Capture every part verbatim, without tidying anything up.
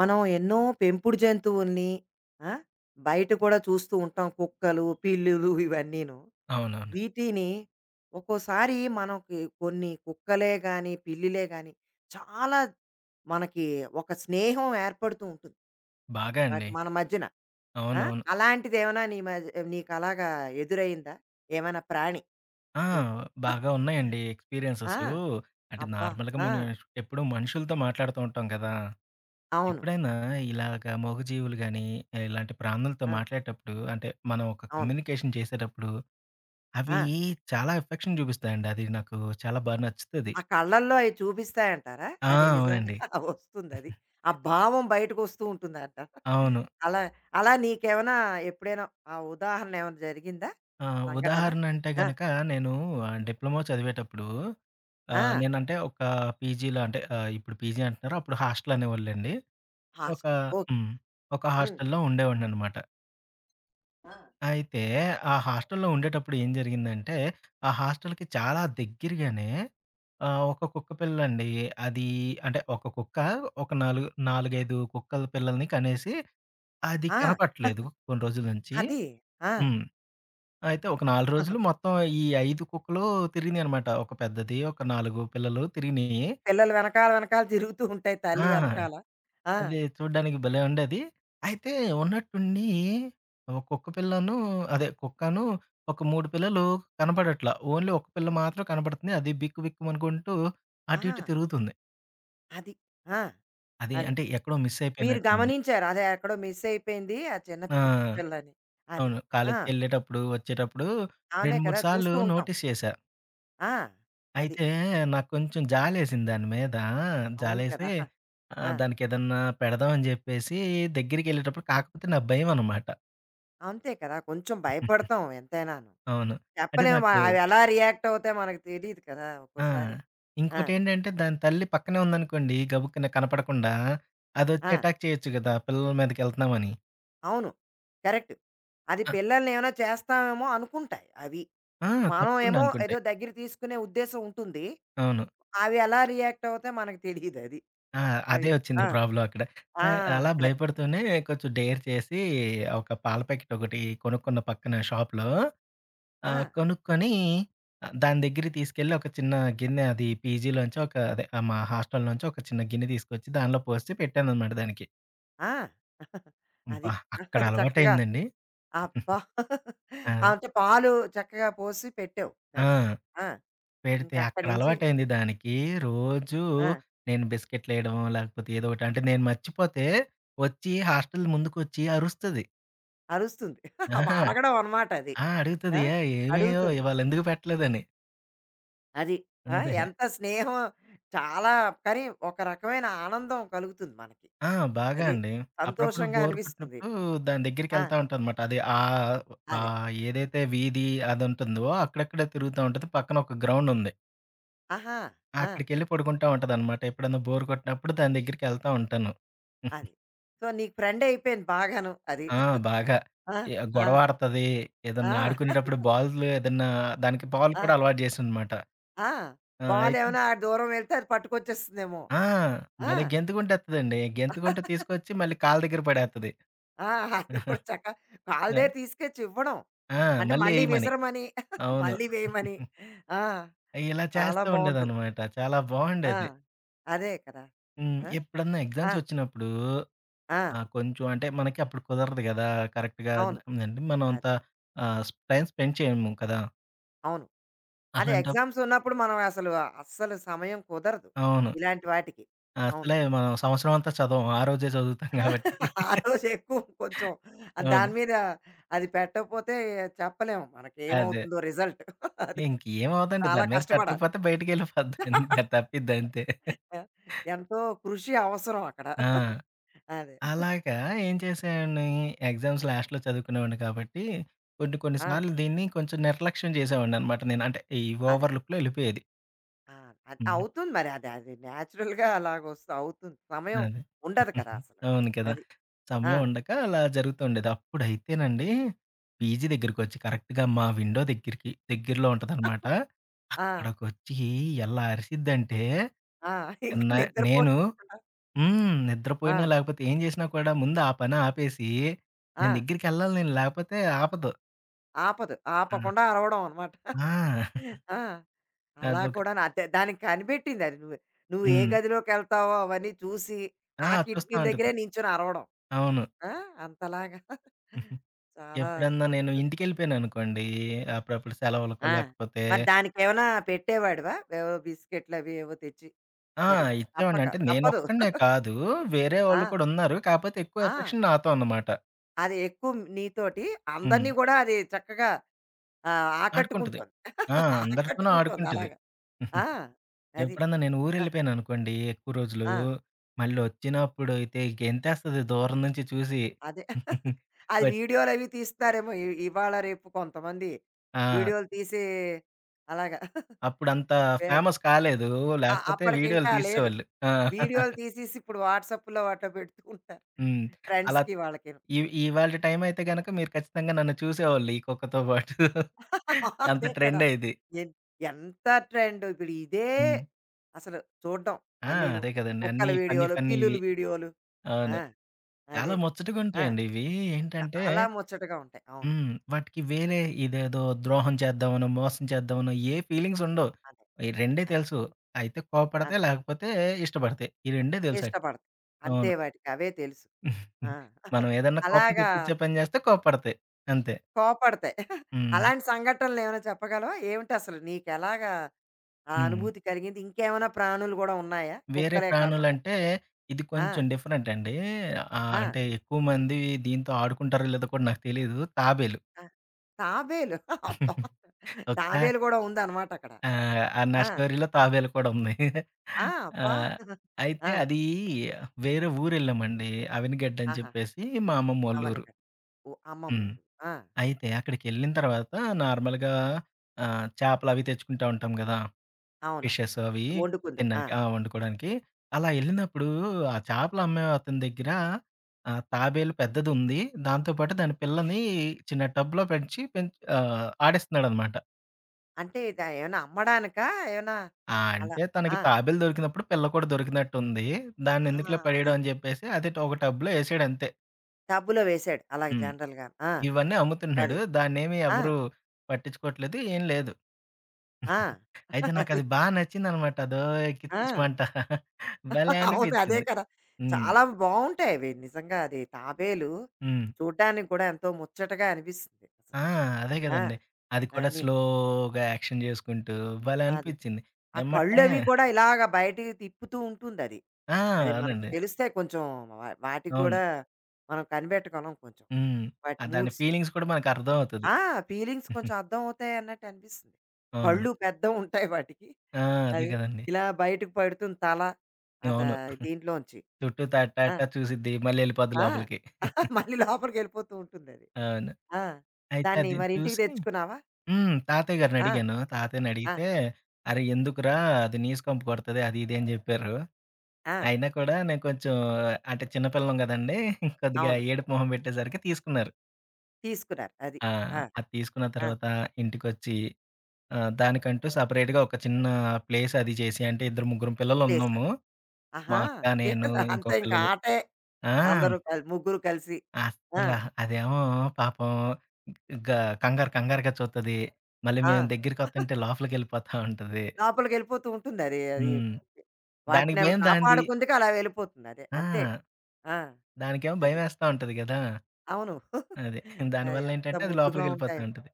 మనం ఎన్నో పెంపుడు జంతువుల్ని ఆ, బయట కూడా చూస్తూ ఉంటాం. కుక్కలు, పిల్లులు ఇవన్నీను. అవునవును. వీటిని ఒక్కోసారి మనకి కొన్ని కుక్కలే కానీ, పిల్లిలే కానీ చాలా మనకి ఒక స్నేహం ఏర్పడుతూ ఉంటుంది బాగా అండి. వాటి- మన మధ్యన. ఆ? అవునవును. అలాంటిది ఏమైనా నీ మధ్య నీకు అలాగా ఎదురైందా, ఏమైనా ప్రాణి ఆ! నీకు? బాగా ఉన్నాయండి ఆ, ఎక్స్‌పీరియన్సెసు. అంటే అబ్బా. నార్మల్‌గా ఆ, మనం ఎప్పుడూ మనుషులతో మాట్లాడుతూ ఉంటాం కదా! అవును. ఎప్పుడైనా ఇలాగ మూగజీవులు గాని, ఇలాంటి ప్రాణులతో ఆ, మాట్లాడేటప్పుడు అంటే మనం ఒక కమ్యూనికేషన్ చేసేటప్పుడు అవి అవును, చాలా ఎఫెక్షన్ చూపిస్తాయండి. అది నాకు చాలా బా నచ్చుతది. ఆ కళ్ళల్లో అయి చూపిస్తాయంటారా? ఆ! అది నిజంగా అవునండి. వస్తుందది. ఆ భావం బయటకు వస్తూ ఉంటుందంటారా? అవును. అలా అలా నీకేమైనా ఎప్పుడైనా ఆ ఉదాహరణ ఏమైనా జరిగిందా? ఆ! సంఘటన? ఉదాహరణ అంటే ఆ! గనక నేను ఆహ్, డిప్లొమా చదివేటప్పుడు ఆ! ఆహ్, నేనంటే ఒక పీజీలో అంటే ఆహ్, ఇప్పుడు పీజీ అంటున్నారు. అప్పుడు హాస్టల్ అనేవాళ్ళండి. ఒక హాస్టల్. ఓకే. హ్మ్. ఒక హ్మ్. హాస్టల్‌లో ఉండేవాడిననమాట. అయితే ఆ హాస్టల్‌లో ఉండేటప్పుడు ఏం జరిగిందంటే, ఆ హాస్టల్‌కి చాలా దగ్గరగానే ఆహ్, ఒక కుక్క పిల్లండి. అది అంటే ఒక కుక్క ఒక నాలుగు 4, ఐదు కుక్కల పిల్లల్ని కనేసి అది ఆ! కనపట్లేదు కొన్ని రోజుల నుంచి. అది. ఆ! హ్మ్. అయితే ఒక నాలుగు రోజులు మొత్తం ఈ ఐదు కుక్కలు తిరిగినియనమాట. ఒక పెద్దది, ఒక నాలుగు పిల్లలు తిరిగినియి. పిల్లలు వెనకాల వెనకాల తిరుగుతూ ఉంటాయి తల్లి వెనకాల. ఆ! ఆ! అది చూడ్డానికి భలే ఉండేది. అయితే ఉన్నట్టుండి ఒక కుక్క పిల్లను అదే కుక్కను ఒక మూడు పిల్లలు కనపడట్ల. ఓన్లీ ఒక పిల్ల మాత్రం కనపడుతుంది. అది బిక్కు బిక్కుమనుకుంటూ అటు ఇటు ఆ! తిరుగుతుంది. అది. ఆ! అది అది. అంటే ఎక్కడో మిస్ మీరు అయిపోయినట్టుంది. గమనించారు. అదే ఎక్కడో మిస్ అయిపోయింది ఆ చిన్న కుక్క ఆ! పిల్లని. అది. అవును. ఆ! కాలేజ్‌కెళ్ళేటప్పుడు, వచ్చేటప్పుడు అవునే రెండు, మూడు కదా! సార్లు చూస్తూ ఉంటాం. నోటీస్ చేశా. ఆ! అది. అయితే నాకు కొంచెం జాలేసింది దాని మీద. అవును జాలేసి కదా! ఆ! ఆహ్, దానికేదన్నా పెడదాం అని జెప్పేసి దగ్గరికెళ్ళేటప్పుడు కాకపోతే నాకు భయమనమాట. అంతే కదా! కొంచెం భయపడతాం ఎంతైనాను. అవును. అంటే చెప్పలేం, వా నాకు అవి ఎలా రియాక్ట్ అవుతాయో మనకు తెలీదు కదా ఆ! ఒక్కోసారి! ఆ! ఇంకోటేంటంటే దాని తల్లి పక్కనే ఉందనుకోండి గబుక్కున కనపడకుండా అదొచ్చి ఆ! అటాక్ చేయొచ్చు గదా! పిల్లల మీదకెళ్తున్నామని. అవును. కరెక్ట్. అది ఆ! పిల్లల్ని ఏమైనా చేస్తామేమో అనుకుంటాయి అవి. ఆ! మనం తప్పకుండా ఏమో ఏదో అనుకుంటాయి. దగ్గర తీసుకునే ఉద్దేశ్యం ఉంటుంది. అవును. అవి ఎలా రియాక్ట్ అవుతాయో మనకు తెలీదది. ఆ! అవి. అదే వచ్చింది ఆ! ప్రాబ్లమ్ అక్కడ. ఆ! ఆహ్, అలా అక్కడే. భయపడుతూనే కొంచెం డేర్ చేసి ఒక పాల ప్యాకెట్ ఒకటి కొనుక్కున్న పక్కన షాప్‌లో ఆ! ఆ! కొనుక్కొని ఆహ్, దాని దగ్గరికి తీసుకెళ్ళి ఒక చిన్న గిన్నె అది పీజీలోంచి ఒక అదే ఆహ్, మా హాస్టల్ నుంచి ఒక చిన్న గిన్నె తీసుకొచ్చి దానిలో పోసి పెట్టాననమాట దానికి. ఆ! అది. అబ్బా! అక్కడ చక్కగా. అలవాటయిందండి. అబ్బా! ఆ! అంటే పాలు చక్కగా పోసి పెట్టావు దానికి. ఆ! ఆ! ఇంక పెడితే అక్కడి అక్కడ నుంచి. అలవాటయింది దానికి. రోజూ ఆ! నేను బిస్కెట్‌లేయడం లేకపోతే ఏదో ఒకటి అంటే నేను మర్చిపోతే వచ్చి హాస్టల్ ముందుకొచ్చి అరుస్తది. అరుస్తుంది. అబ్బా, ఆహా! అడగడం అనమాట అది. ఆ! అడుగుతది. ఆ! "ఏయ్! ఏమేయో అడుగుతుంది. ఇవాళ ఎందుకు పెట్టలేదని." అది. ఆ! అదే. ఎంత స్నేహం! చాలా! కానీ ఒక రకమైన ఆనందం కలుగుతుంది మనకి. ఆ! బాగా అది. అండి. అప్పుడప్పుడు సంతోషంగా బోర్ అనిపిస్తుంది. కొట్టినప్పుడు దాని ఆ! దగ్గరికెళ్తా ఉంటానమాట. అది ఆహ్, అదే. ఆహ్, ఏదైతే వీధి అదుంటుందో అక్కడక్కడే తిరుగుతా ఉంటది. పక్కన ఒక గ్రౌండుంది. ఆహా! ఆ! అక్కడికెళ్ళి పడుకుంటా ఉంటదనమాట. ఎప్పుడన్నా బోర్ కొట్టినప్పుడు దాని దగ్గరికెళ్తా ఉంటాను. అది. సో, నీకు ఫ్రెండ్ అయిపోయింది బాగాను అది. ఆ! బాగా. ఆ! ఎ ఆ! గొడవ ఆడతది. ఏదన్నా ఆ! ఆడుకునేటప్పుడు బాల్లు ఏదన్నా దానికి బాల్ కూడా ఆ! అలవాటు జేశాననమాట. ఆ! ఆ! బాల్ అయితే ఏమైనా ఆ దూరం వెళ్తే అది పట్టుకొచ్చేస్తుందేమో. ఆ! ఆ! భలే గెంతుకుంటేత్తదండి. గెంతుకుంటూ తీసుకొచ్చి మళ్ళీ కాళ్ళ దగ్గర పడేత్తది. ఆ! అది కూడా చక్కగా వాళ్ళ ఆ! దగ్గర తీసుకొచ్చి ఇవ్వడం. ఆ! అంటే మళ్ళీ మళ్ళీ ఎయమని. విసరమని, అవును. మళ్ళీ వేయమని. ఆ! ఇలా చాలా చేస్తూ బావుంటుంది. ఉండేదనమాట. చాలా ఆ! బావుండేది. అదే కదా! హ్మ్. ఆ! ఎప్పుడన్నా ఆ! ఎగ్జామ్స్ ఒచ్చినప్పుడు ఆ! ఆహ్, కొంచెం అంటే మనకి అప్పుడు కుదరదు గదా! కరెక్ట్‌గా అవును. అంటే మనం అంత అది. ఆహ్, స్ టైమ్ స్పెండ్ చేయము కదా! అవును. అదే, అలాంటప్ ఎగ్జామ్స్ ఉన్నప్పుడు మనం అసలు అస్సలు సమయం కుదరదు అవును. ఇలాంటి వాటికి. అవును. అసలే మనం సంవత్సరం అంతా చదవం. ఆ రోజే చదువుతాం గాబట్టి. ఆ రోజు ఎక్కువ కొంచెం ఆ అవును. దాని మీద అది పెట్టకపోతే చెప్పలేము మనకి అదే. ఏమవుతుందో రిజల్ట్. అది. ఇంకేమవ్వదండి. చాలా దాని మీద కష్టపడాలి. పెట్టకపోతే బయటికెళ్ళిపోద్ది. అంతే తప్పిద్దంతే. ఆ! ఎంతో కృషి అవసరం అక్కడ. ఆ! అదే. అలాగా ఏం చేసేవాడిని, ఎగ్జామ్స్ లాస్ట్‌లో చదువుకునేవాడిని కాబట్టి, కొన్ని కొన్ని ఆ! సార్లు దీన్ని కొంచెం నిర్లక్ష్యం చేసేవాడిననమాట నేను. అంటే, ఈ అదే. ఓవర్ లుక్‌లో ఎళ్ళిపోయేది. ఆ! అది హ్మ్. అవుతుంది మరి. అది అది నేచురల్‌గా అలాగొస్తూ అవుతుంది. సమయం అదే. ఉండదు కదా అసలు. అవును కదా! అది. ఆ! సమయం ఉండక అలా జరుగుతూ ఉండేది. అప్పుడైతేనండి, పీజీ దగ్గరికొచ్చి కరెక్ట్‌గా మా విండో దగ్గరికి దగ్గరలో ఉంటదనమాట. ఆ! అక్కడికొచ్చి ఎలా అరిసిద్దంటే, ఆ! ఇంక న నేను నిద్రపోకుండా. హ్మ్. నిద్రపోయినా ఆ! లేకపోతే ఏం చేసినా కూడా ముందు ఆ పని ఆపేసి, ఆ! నేను దగ్గరికెళ్ళాలి నేను లేకపోతే ఆపదు. ఆపదు. ఆ! ఆపకుండా అరవడం అనమాట. ఆ! ఆ! అలా అదొకటి. కూడాను అదే దానికి కనిపెట్టిందది. నువ్వు నువ్వు ఏ హ్మ్. గదిలోకెళ్తావో అవన్నీ చూసి, ఆ ఆ! చూస్తా కిటికీల ఉంటది. దగ్గరే నించొని అరవడం. అవును. ఆ! అంతలాగా చాలా ఎప్పుడన్నా నేను సంతోషం. ఇంటికెళ్ళిపోయాననుకోండి, అప్పుడప్పుడు సెలవులకో ఆ! లేకపోతే మరి దానికేమైనా పెట్టేవాడివా? ఏవో బిస్కెట్‌లవి ఏవో తెచ్చి ఆ! మరి. ఇచ్చేవాడిని. తప్పక అంటే తప్పదు. నేనొక్కడినే కాదు, వేరే వాళ్ళు ఆ! కూడా ఉన్నారు. కాకపోతే ఎక్కువ ఆ! ఎఫెక్షన్ నాతో అన్నమాట. అది ఎక్కువ నీతోటి హ్మ్. అందరిని గూడా అది చక్కగా ఆహ్, ఆడుకుంటది. ఆకట్టుకుంటోంది. ఆ! అందరితోనూ ఆకట్టుకుంటోంది ఆడుకుంటది. అలాగా. ఆ! అది. ఎప్పుడన్నా నేను ఆ! ఊరెళ్ళిపోయాననుకోండి ఎక్కువ రోజులు, ఆ! మళ్ళీ వచ్చినప్పుడు అయితే గెంతేస్తది దూరం నుంచి చూసి. అదే. అది వచ్ వీడియోలవి తీస్తారేమో ఇ ఇవాళ రేపు కొంతమంది ఆ! వీడియోలు తీసి అలాగా. అప్పుడంత వేరు. ఫేమస్ కాలేదు. ఆ! లేకపోతే వీడియోలు అప్పటికింకా లేదు. తీసేసేవాళ్ళు. ఆ! వీడియోలు తీసేసి ఇప్పుడు వాట్సాప్‌లో అట్లా పెడుతూ ఉంటారు హ్మ్. అలా ఫ్రెండ్స్‌కి వాళ్ళకిను. ఇ ఇవాల్టి టైమయితే గనక మీరు ఖచ్చితంగా నన్ను చూసేవాళ్ళు ఈ కుక్కతో పాటు. అంత అదే కదా! ట్రెండయ్యేది. ఎన్ ఎంత ట్రెండ్ ఇప్పుడు ఇదే, హ్మ్. అసలు చూడ్డం ఆ! అన్నీను. అదే కదండీ. అన్నీ కుక్కల ఫన్నీ వీడియోలు, పిల్లుల ఫన్నీవి. వీడియోలు. అవును. ఆ! చాలా అదే. ఆ! ముచ్చటగుంటాయండి ఇవి. ఏంటంటే చాలా ముచ్చటగా ఉంటాయి. అవును. హ్మ్. వాటికి వేరే ఇదేదో ద్రోహం చేద్దామనో, మోసం చేద్దామనో ఏ ఫీలింగ్స్ ఉండవు. అదే. ఈ రెండే అదే. తెలుసు. అయితే కోప్పడతాయి, అదే. లేకపోతే ఇష్టపడతాయి. ఈ రెండే తెలుసాటికి. ఇష్టపడతాయి. అంతే, అవును. వాటికి అవే తెలుసు. ఆ! మనం ఏదన్నా కోపం అలాగా. తెప్పించే పని చేస్తే కోప్పడతాయి. అంతే. కోప్పడతాయి. హ్మ్. అలాంటి సంఘటనలేమైనా చెప్పగలవా? ఏమిటసలు నీకెలాగా ఆ హ్మ్. అనుభూతి కలిగింది? ఇంకేమైనా ప్రాణులు గూడా ఉన్నాయా వేరే కుక్కలే కాకుండా? ప్రాణులంటే ఇది కొంచెం ఆ! డిఫరెంట్ అండి. ఆహ్, ఆ! అంటే ఎక్కువ మంది దీంతో ఆడుకుంటారో లేదో కూడా నాకు తెలీదు. తాబేలు. ఆ! తాబేలు. అబ్బా! ఒకసారి తాబేలు గూడా ఉందనమాట అక్కడ. ఆ! ఆ నా ఆ! స్టోరీలో తాబేలు కూడా ఉంది. ఆ! ఆ! అబ్బా! అయితే ఆ! అది వేరే ఊరెళ్ళామండి. అవనిగడ్డ అని ఆహాహా! చెప్పేసి మా అమ్మమ్మోళ్ళూరు. అవనిగ. ఓహ్! అమ్మమ్మ హ్మ్. ఊరు. ఆ! అయితే అక్కడికెళ్ళిన తర్వాత నార్మల్‌గా ఆహ్, చేపలు అవి తెచ్చుకుంటా ఉంటాం గదా! అవునవును. ఫిషెస్ అది అవి వండుకుంది. ఆ! తినడానికి. ఆ! వండుకోవడానికి. అలా ఎళ్ళినప్పుడు ఆ చేపలు అమ్మే అతని దగ్గర ఆహ్, తాబేలు పెద్దదుంది. దాంతో పాటు దాని పిల్లని చిన్న టబ్‌లో పెంచి పెంచ్ ఆహ్, ఆడిస్తున్నాడనమాట. అంటే ద ఏమైనా అమ్మడానికా? ఏమైనా ఆ! అలా. అంటే తనకి ఆ! తాబేలు దొరికినప్పుడు పిల్ల కూడా దొరికినట్టుంది. ఆ! దాన్నెందుకులే పడేయడం అది. అని చెప్పేసి అది ఒక టబ్‌లో ఏసాడంతే. టబ్బులో వేశాడు అలాగ హ్మ్. జనరల్‌గా. ఆ! ఇవన్నీ అమ్ముతున్నాడు. అది. దాన్నేమి ఆ! ఎవరు పట్టించుకోవట్లేదు. ఏం లేదు. ఆ! అయితే అది. నాకది బా నచ్చిందనమాట. అదో ఆ! కిత్తిచ్చమంట. భలే అవును. అదే అనిపించింది. కదా! హ్మ్. చాలా బావుంటాయవి నిజంగా. అది తాబేలు హ్మ్. చూడ్డానికి కూడా ఎంతో ముచ్చటగా అనిపిస్తుంది ఆ! అసలు. అదే ఆ! గదండీ. అది కూడా అన్నీను. స్లోగా యాక్షన్ జేసుకుంటూ భలే అదే. అనిపిచ్చింది. ఆ ఎమ్మటనే కళ్ళవి కూడా ఇలాగ బయటికి తిప్పుతూ ఉంటుందది. ఆ! అది అది మనకి అవునండి. తెలిస్తే కొంచెం వా వాటికి అవును. కూడా మనం కనిపెట్టగలం కొంచెం. హ్మ్. వాటి ఆ దాని మూడ్స్. ఫీలింగ్స్ కూడా మనకర్థమవుతది. ఆ! ఫీలింగ్స్ కొంచెం అర్థం అవుతాయన్నట్టు అనిపిస్తుంది. అవును. కళ్ళు పెద్దవుంటాయి వాటికి. ఆ! అదే అది. గదండీ. ఇలా బయటకు పడుతుంది తల. అత అవును. దీంట్లోంచి. చుట్టూ ఆ! తట్టాట చూసిద్ది. మళ్ళీ ఎళ్ళిపోద్ది ఆ! లోపలికి. మళ్ళీ లోపలికెళ్ళిపోతూ ఉంటుందది. అవును. ఆ! అయితే దాన్ని అది మరి చూసి ఇంటికి తెచ్చుకున్నావా? హ్మ్. తాతయ్య గారిని ఆ! అడిగాను. ఆ! తాతయ్యనడిగితే, "అరే! ఎందుకురా అది నీసు కంపు కొడతది" అది ఇది అని జెప్పారు. ఆ! అయినా కూడా నేను కొంచెం అంటే చిన్న పిల్లం గదండీ! కొద్దిగా అవును. ఏడుపు మొహం బెట్టేసరికి తీసుకున్నారు. తీసుకున్నారు. అది. ఆ! ఆ! అది తీసుకున్న ఆ! తర్వాత ఇంటికొచ్చి ఆహ్, దానికంటూ సెపరేట్‌గా ఒక చిన్న ప్లేస్ అది చేసి అంటే ఇద్దరు, ముగ్గురం ప్లేస్. పిల్లలున్నాము. మా ఆహా! అక్క, ఇంకేం, నేను, ఇంకో అంతే ఇంక పిల్లలు. ఆటే. ఆ! అందరూ కల్ ముగ్గురు కలిసి. ఆ! అస్సల అదేమో పాపం గ కంగారు కంగారుగా చూత్తది. మళ్ళీ ఆ! మేము దగ్గరికొత్తంటే లోపలికెళ్ళిపోతా ఉంటది. లోపలికెళ్ళిపోతూ ఉంటుందది. అది హ్మ్. దానికి వాటినవి భయం దానిది. కాపాడుకుందుకు అలా వెళ్ళిపోతుంది. అదే. ఆ! అంతే. ఆ! దానికేమో అది. భయమేస్తా ఉంటది గదా! అవును. అది. అది అంత దానివల్లేంటంటే అది ముద్దుగా లోపలికెళ్ళిపోతా ఉంటాయో. ఉంటది.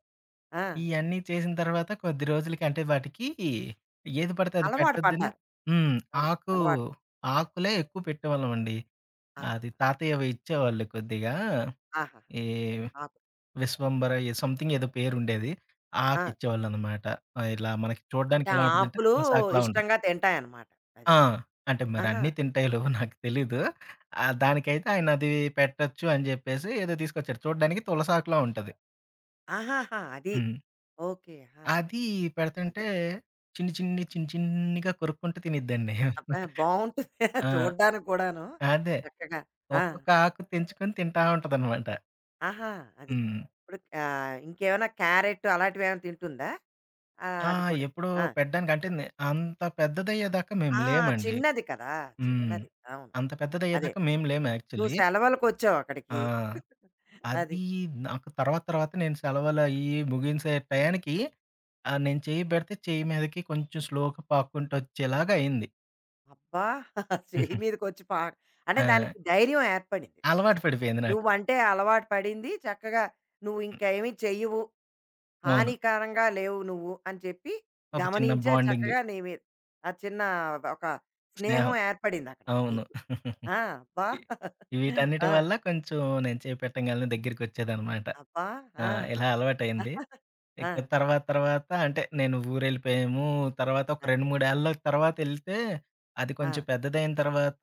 ఆ! ఇయన్నీ చేసిన తర్వాత కొద్ది రోజులకి అంటే వాటికి ఏది పడితే అది అలవాటు పెట్టొద్దని పడ్డారు. హ్మ్. ఆ! ఆకు అలవాటు. ఆకులే ఎక్కువ పెట్టేవాళ్ళమండి. అది ఆహాహా! తాతయ్యవి ఇచ్చేవాళ్ళు కొద్దిగా. ఆహాహా! ఈ ఆకు. విశ్వంబర ఏ సంథింగ్ ఏదో పేరుండేది. ఆ! ఆకిచ్చేవాళ్ళనమాట. ఆహ్, ఇలా మనకి చూడడానికి అంటే ఎలా ఆ ఉంటదంటే ఆకులు తులసాకులా ఉంటది. ఇష్టంగా తింటాయన్నమాట. అది. ఆ! అంటే మరి ఆహా! అన్నీ తింటాయిలెవో నాకు తెలీదు. ఆహ్, దానికైతే ఆయన అది పెట్టొచ్చు అని జెప్పేసి ఏదో తీసుకొచ్చారు. చూడడానికి తులసాకులా ఉంటది. ఆహాహా! అది. హ్మ్. ఓకే. ఆ! అది పెడుతుంటే అదే. చిన్ని, చిన్ని, చిన్ని చిన్నిగా కొరుక్కుంటూ తినిద్దండి. అబ్బా! బావుంటుంది ఆ! చూడ్డానికి కూడాను. అదే. చక్కగా. ఆ! ఒక్కొక్క ఆకు తెంచుకొని తింటా ఉంటదనమాట. ఆహా! అది. హ్మ్. ఇప్పుడు ఆహ్, ఇంకేమైనా క్యారెట్ అలాంటివేమైనా తింటుందా? ఆ! ఆ! అది కూడా. ఎప్పుడో ఆ! పెట్టడానికి అంటే నే అంత పెద్దదయ్యేదాకా మేము ఆ! లేమండి. చిన్నది కదా! హ్మ్. చిన్నది. అవును. అంత అదే. పెద్దదయ్యేదాకా మేము లేము నువ్వు యాక్చువల్లీ. సెలవులకొచ్చావు ఆ! అక్కడికి. అది. అది నాకు తర్వాత తర్వాత నేను సెలవులయ్యి ముగించే టయానికి ఆహ్, నేను చెయ్యి పెడితే చెయ్యి మీదకి కొంచెం స్లోగా పాక్కుంటూ వచ్చేలాగా అయింది. అబ్బా! చెయ్యి మీదకొచ్చి పా అంటే ఆ! దానికి ధైర్యం ఏర్పడింది. అలవాటు పడిపోయింది నాకు. నువ్వంటే అలవాటు పడింది. చక్కగా నువ్వు ఇంకేమి చెయ్యవు, అవును. హానికరంగా లేవు నువ్వు అని చెప్పి ఒక చిన్న గమనించే బాండింగ్. చక్కగా నీ మీద ఆ చిన్న ఒక స్నేహం స్నేహం. ఏర్పడిందక్కడ అవును. నీకు. ఆ! అబ్బా! ఇ వీటన్నిటి ఆ! వల్ల కొంచెం నేను చేయి పెట్టంగాల్నే దగ్గరికొచ్చేదనమాట. అబ్బా! ఆ! ఆ! ఇలా అలవాటయింది. ఆ! ఇక తర్వాత తర్వాత అంటే నేను ఊరెళ్ళిపోయాము. తర్వాత ఒక అది. రెండు, మూడు ఏళ్ళ తర్వాతెళ్తే అది ఆ! కొంచెం పెద్దదయిన తర్వాత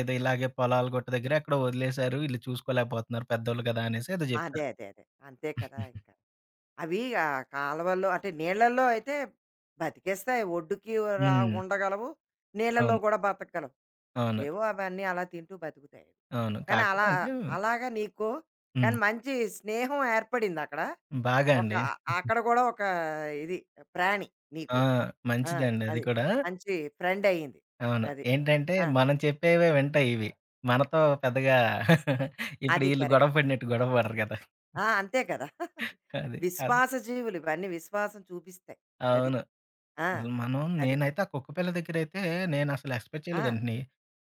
ఏదో ఇలాగే పొలాల గుట్ట దగ్గర ఎక్కడో వదిలేశారు. ఈళ్ళు చూసుకోలేకపోతున్నారు పెద్దోళ్ళు కదా! అనేసి ఏదో అదే. జెప్పారు. అదే. అదే. అంతే కదా! ఇంకా. అవి ఆ కాలువల్లో, అంటే నీళ్ళల్లో అయితే బతికేస్తాయి. ఒడ్డుకి రా హ్మ్. ఉండగలవు. నీళ్ళలో అవును. కూడా బతకగలవు. అవును. ఏవో అవన్నీ అలా తింటూ బతుకుతాయి అవి. అవును. కానీ కాకపోతే అలా, అంటే అలాగా నీకు కానీ హ్మ్. మంచి స్నేహం ఏర్పడింది అక్కడ. బాగా ఒక అండి. అక్కడ కూడా ఒక ఇది ప్రాణి ఆ! నీకు. ఆ! మంచిదండి అది అది. కూడా. మంచి ఫ్రెండ్ అయింది. అవును. అది. ఏంటంటే, ఆ! మనం చెప్పేవే వింటాయి ఇవి. మనతో పెద్దగా ఇప్పుడు అది ఈళ్ళు కరెక్ట్. గొడవ పడినట్టు గొడవ పడరు కదా! ఆ! అంతే కదా! అది. అది. విశ్వాస జీవులు ఇవన్నీ విశ్వాసం చూపిస్తాయి. అది. అవును. ఆ! అసలు మనం అది. నేనైతే ఆ కుక్కపిల్ల దగ్గరైతే నేనసలు ఎక్స్‌పెక్ట్ ఆ! చేయలేదండి.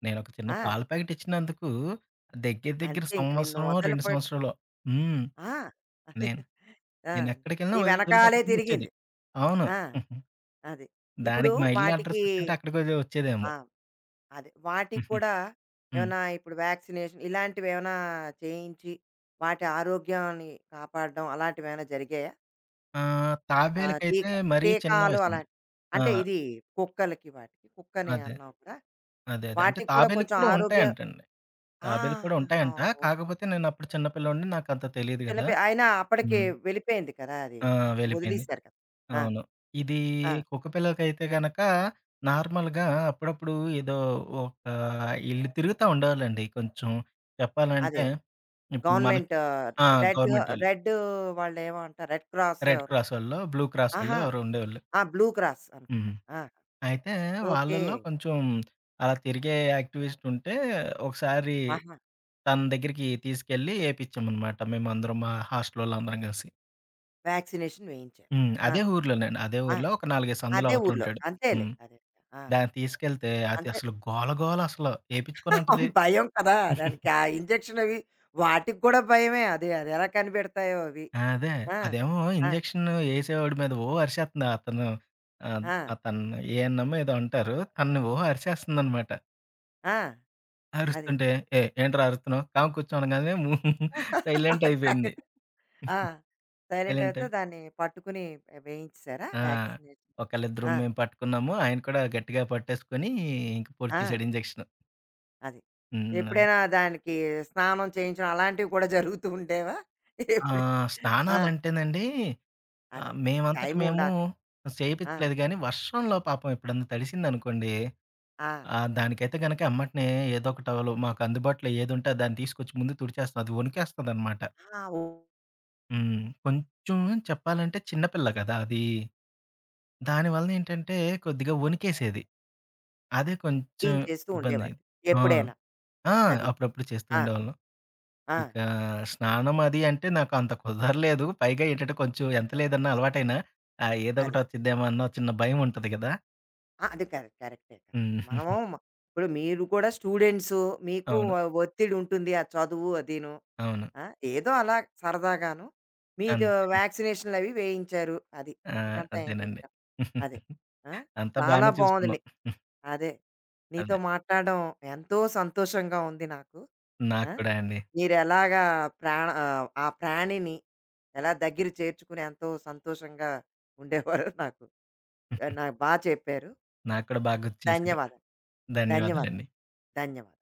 నేనొక చిన్న ఆ! పాల ప్యాకెట్ ఇచ్చినందుకు దగ్గర దగ్గర అంతే, ఇంక నిన్ను సంవత్సరమో, వదలు రెండు పెట్ సంవత్సరాలో హ్మ్. ఆ! అదే. నేను ఆ! నేనెక్కడికెళ్ళినా నీ వెనకాలే వదిలిపెట్టకుండా వచ్చేది. తిరిగింది. అవును. ఆ! అది. ఇప్పుడు దానికి మా ఇల్లు అడ్రెస్ వాటికి. వచ్చుంటే అక్కడికి ఒది వచ్చేదేమో. ఆ! అదే. వాటికి కూడా హ్మ్. ఏమైనా ఇప్పుడు వ్యాక్సినేషన్ ఇలాంటివేమైనా చేయించి, వాటి ఆరోగ్యాన్ని కాపాడడం అలాంటివేమైనా జరిగాయా? ఆహ్, ఆహ్, తాబేలుకైతే టీకా మరీ చిన్న టీకాలు వయసండి. అలాంటివి. ఆ! అంటే ఇది కుక్కలకి వాటికి. కుక్కని అదే. అన్నావు కదా! అదే. అదే. అంటే వాటికి కూడా తాబేలుకి కొంచెం కూడా ఆరోగ్య. ఉంటాయంటండి. తాబేలుకి కూడా ఆహాహా! ఉంటాయంట. ఓకే. కాకపోతే నేనప్పుడు చిన్న పిల్లోడిని నాకంత తెలీదు చిన్న గదా! పి అయినా అప్పటికి హ్మ్. వెళ్ళిపోయింది కదా అది! ఆ! వ వెళ్ళిపోయింది. వదిలేసారు కదా! ఆ! అవును. ఇది ఆ! కుక్క పిల్లకైతే గనక నార్మల్‌గా అప్పుడప్పుడు ఏదో ఒక ఈళ్ళు తిరుగుతా ఉండేవాళ్ళండి కొంచెం. అదే. చెప్పాలంటే ఇప్పుడు మనకి గవర్నమెంట్. ఆ! రెడ్. గవర్నమెంటోళ్ళు. రెడ్, వాళ్ళేమో అంటారు. రెడ్ క్రాస్ రెడ్ ఎవరో. క్రాసోళ్ళో, బ్లూ క్రాసోళ్ళో ఆహా! ఎవరో ఉండేవాళ్ళు. ఆ! బ్లూ క్రాస్ అనుకుంటా. హ్మ్. ఆ! అయితే ఓకే. వాళ్ళలో కొంచెం అలా తిరిగే యాక్టివిస్ట్ ఉంటే ఒకసారి ఆహా! తన దగ్గరికి తీసుకెళ్ళి ఏపిచ్చామనమాట. మేమందరం మా హాస్టలోళ్ళందరం కలిసి. వ్యాక్సినేషన్ వేయించారు. హ్మ్. ఆ! అదే ఊర్లోనండి. అదే ఆ! ఊర్లో ఒక నాలుగు, ఐదు సందులు అదే ఊర్లో. అవతలుంటాడు. అంతేలే. హ్మ్. అదే. ఆ! దాన్ని తీసుకెళ్తే అది అంతే. అసలు గోల గోల అసలు. ఏపిచ్చుకొనుంటది. అవును. భయం కదా దానికి ఆ ఇంజెక్షన్ అవి! వాటికి కూడా భయమే. అది, అది ఎలా కనిపెడతాయో అవి. అదే. ఆ! అదేమో ఆ! ఇంజెక్షన్ ఏసేవాడి మీద ఓ అరిసేత్తంది. అతను ఆహ్, ఆ! అతను ఏఎన్‌ఎం ఏదో అంటారు. తనని ఓ అరిసేస్తుందనమాట. ఆ! అది. అరుస్తుంటే, "ఏయ్! ఏంట్రా అరుస్తున్నావు? కామ్ కూర్చో" అనగానే సైలెంట్ అది అయిపోయింది. చక్కగా. ఆ! సైలెంట్ సైలెంట్ అయితే అయి దాన్ని పట్టుకుని వేయించేసారా ఆ! వ్యాక్సినేషన్? ఒకళ్ళిద్దరు ఆ! మేము పట్టుకున్నాము. ఆయన కూడా గట్టిగా పట్టేసుకొని ఇంక పొడి ఆ! చేసాడు ఇంజెక్షన్. అది. హ్మ్. అది. ఎప్పుడైనా దానికి స్నానం చేయించడం అలాంటివి కూడా జరుగుతూ ఉండేవా? ఎప్పుడు. ఆహ్, ఆ! స్నానాలంటేనండి ఆహ్, అదే. ట మేమంతట టైముండా మేము అక్కడ. ఆ! చేపిచ్చలేదు గానీ, వర్షంలో పాపం ఎప్పుడన్నా తడిసిందనుకోండి, ఆ! ఆహ్, దానికైతే గనక ఎమ్మటనే ఏదో ఒక టవలు మాకు అందుబాటులో ఏదుంటే దాన్ని తీసుకొచ్చి ముందు తుడిచేస్తాం. అది వణికేస్తదనమాట. ఆ! హ్మ్. కొంచెం చెప్పాలంటే చిన్న పిల్ల కదా! అది. దానివల్ల ఏంటంటే కొద్దిగా వణికేసేది. అదే కొంచెం ఊహించేస్తూ ఉండేవాడు ఇబ్బందయ్యేది. ఆ! ఎప్పుడైనా. ఆ! అది. అప్పుడప్పుడు చేస్తూ ఆ! ఉండేవాళ్ళం. ఆ! ఇక స్నానం అది అంటే నాకు అంత కుదరలేదు. పైగా ఏంటంటే కొంచెం ఎంత లేదన్నా అలవాటైనా ఆహ్, ఏదో ఒకటి అది. వచ్చిద్దేమో అన్న చిన్న భయం ఉంటది గదా! ఆ! అది కరెక్ట్. కరెక్టే కదా! మనము హ్మ్. మ- ఇప్పుడు మీరు కూడా స్టూడెంట్సు. మీకు అవును. ఒ ఒత్తిడి ఉంటుంది ఆ చదువు అదీను. అవును. ఆ! ఏదో అలా సరదాగాను మీతో అంతే. వ్యాక్సినేషన్‌లవి వేయించారు. అది. ఆ! అంతకంటే ఏంటి అదేనండి. ఇంకా. అదే. ఆ! అంతా చాలా బానే బావుంది నీ. చూసుకున్నాం. అదే. నీతో అదే. మాట్లాడడం ఎంతో సంతోషంగా ఉంది నాకు. ఆ! నాకు కూడా అండి. మీరెలాగా ప్రాణ ఆహ్, ఆ ప్రాణిని ఎలా దగ్గర చేర్చుకుని ఎంతో సంతోషంగా ఉండేవారో నాకు ఆహ్, నాకు బా చెప్పారు. ఆ! నాకు కూడా బాగా గుర్తు చేశారు. ధన్యవాదాలు. ధన్యవాదాలు. ధన్యవాదాలండి. ధన్యవాదాలు.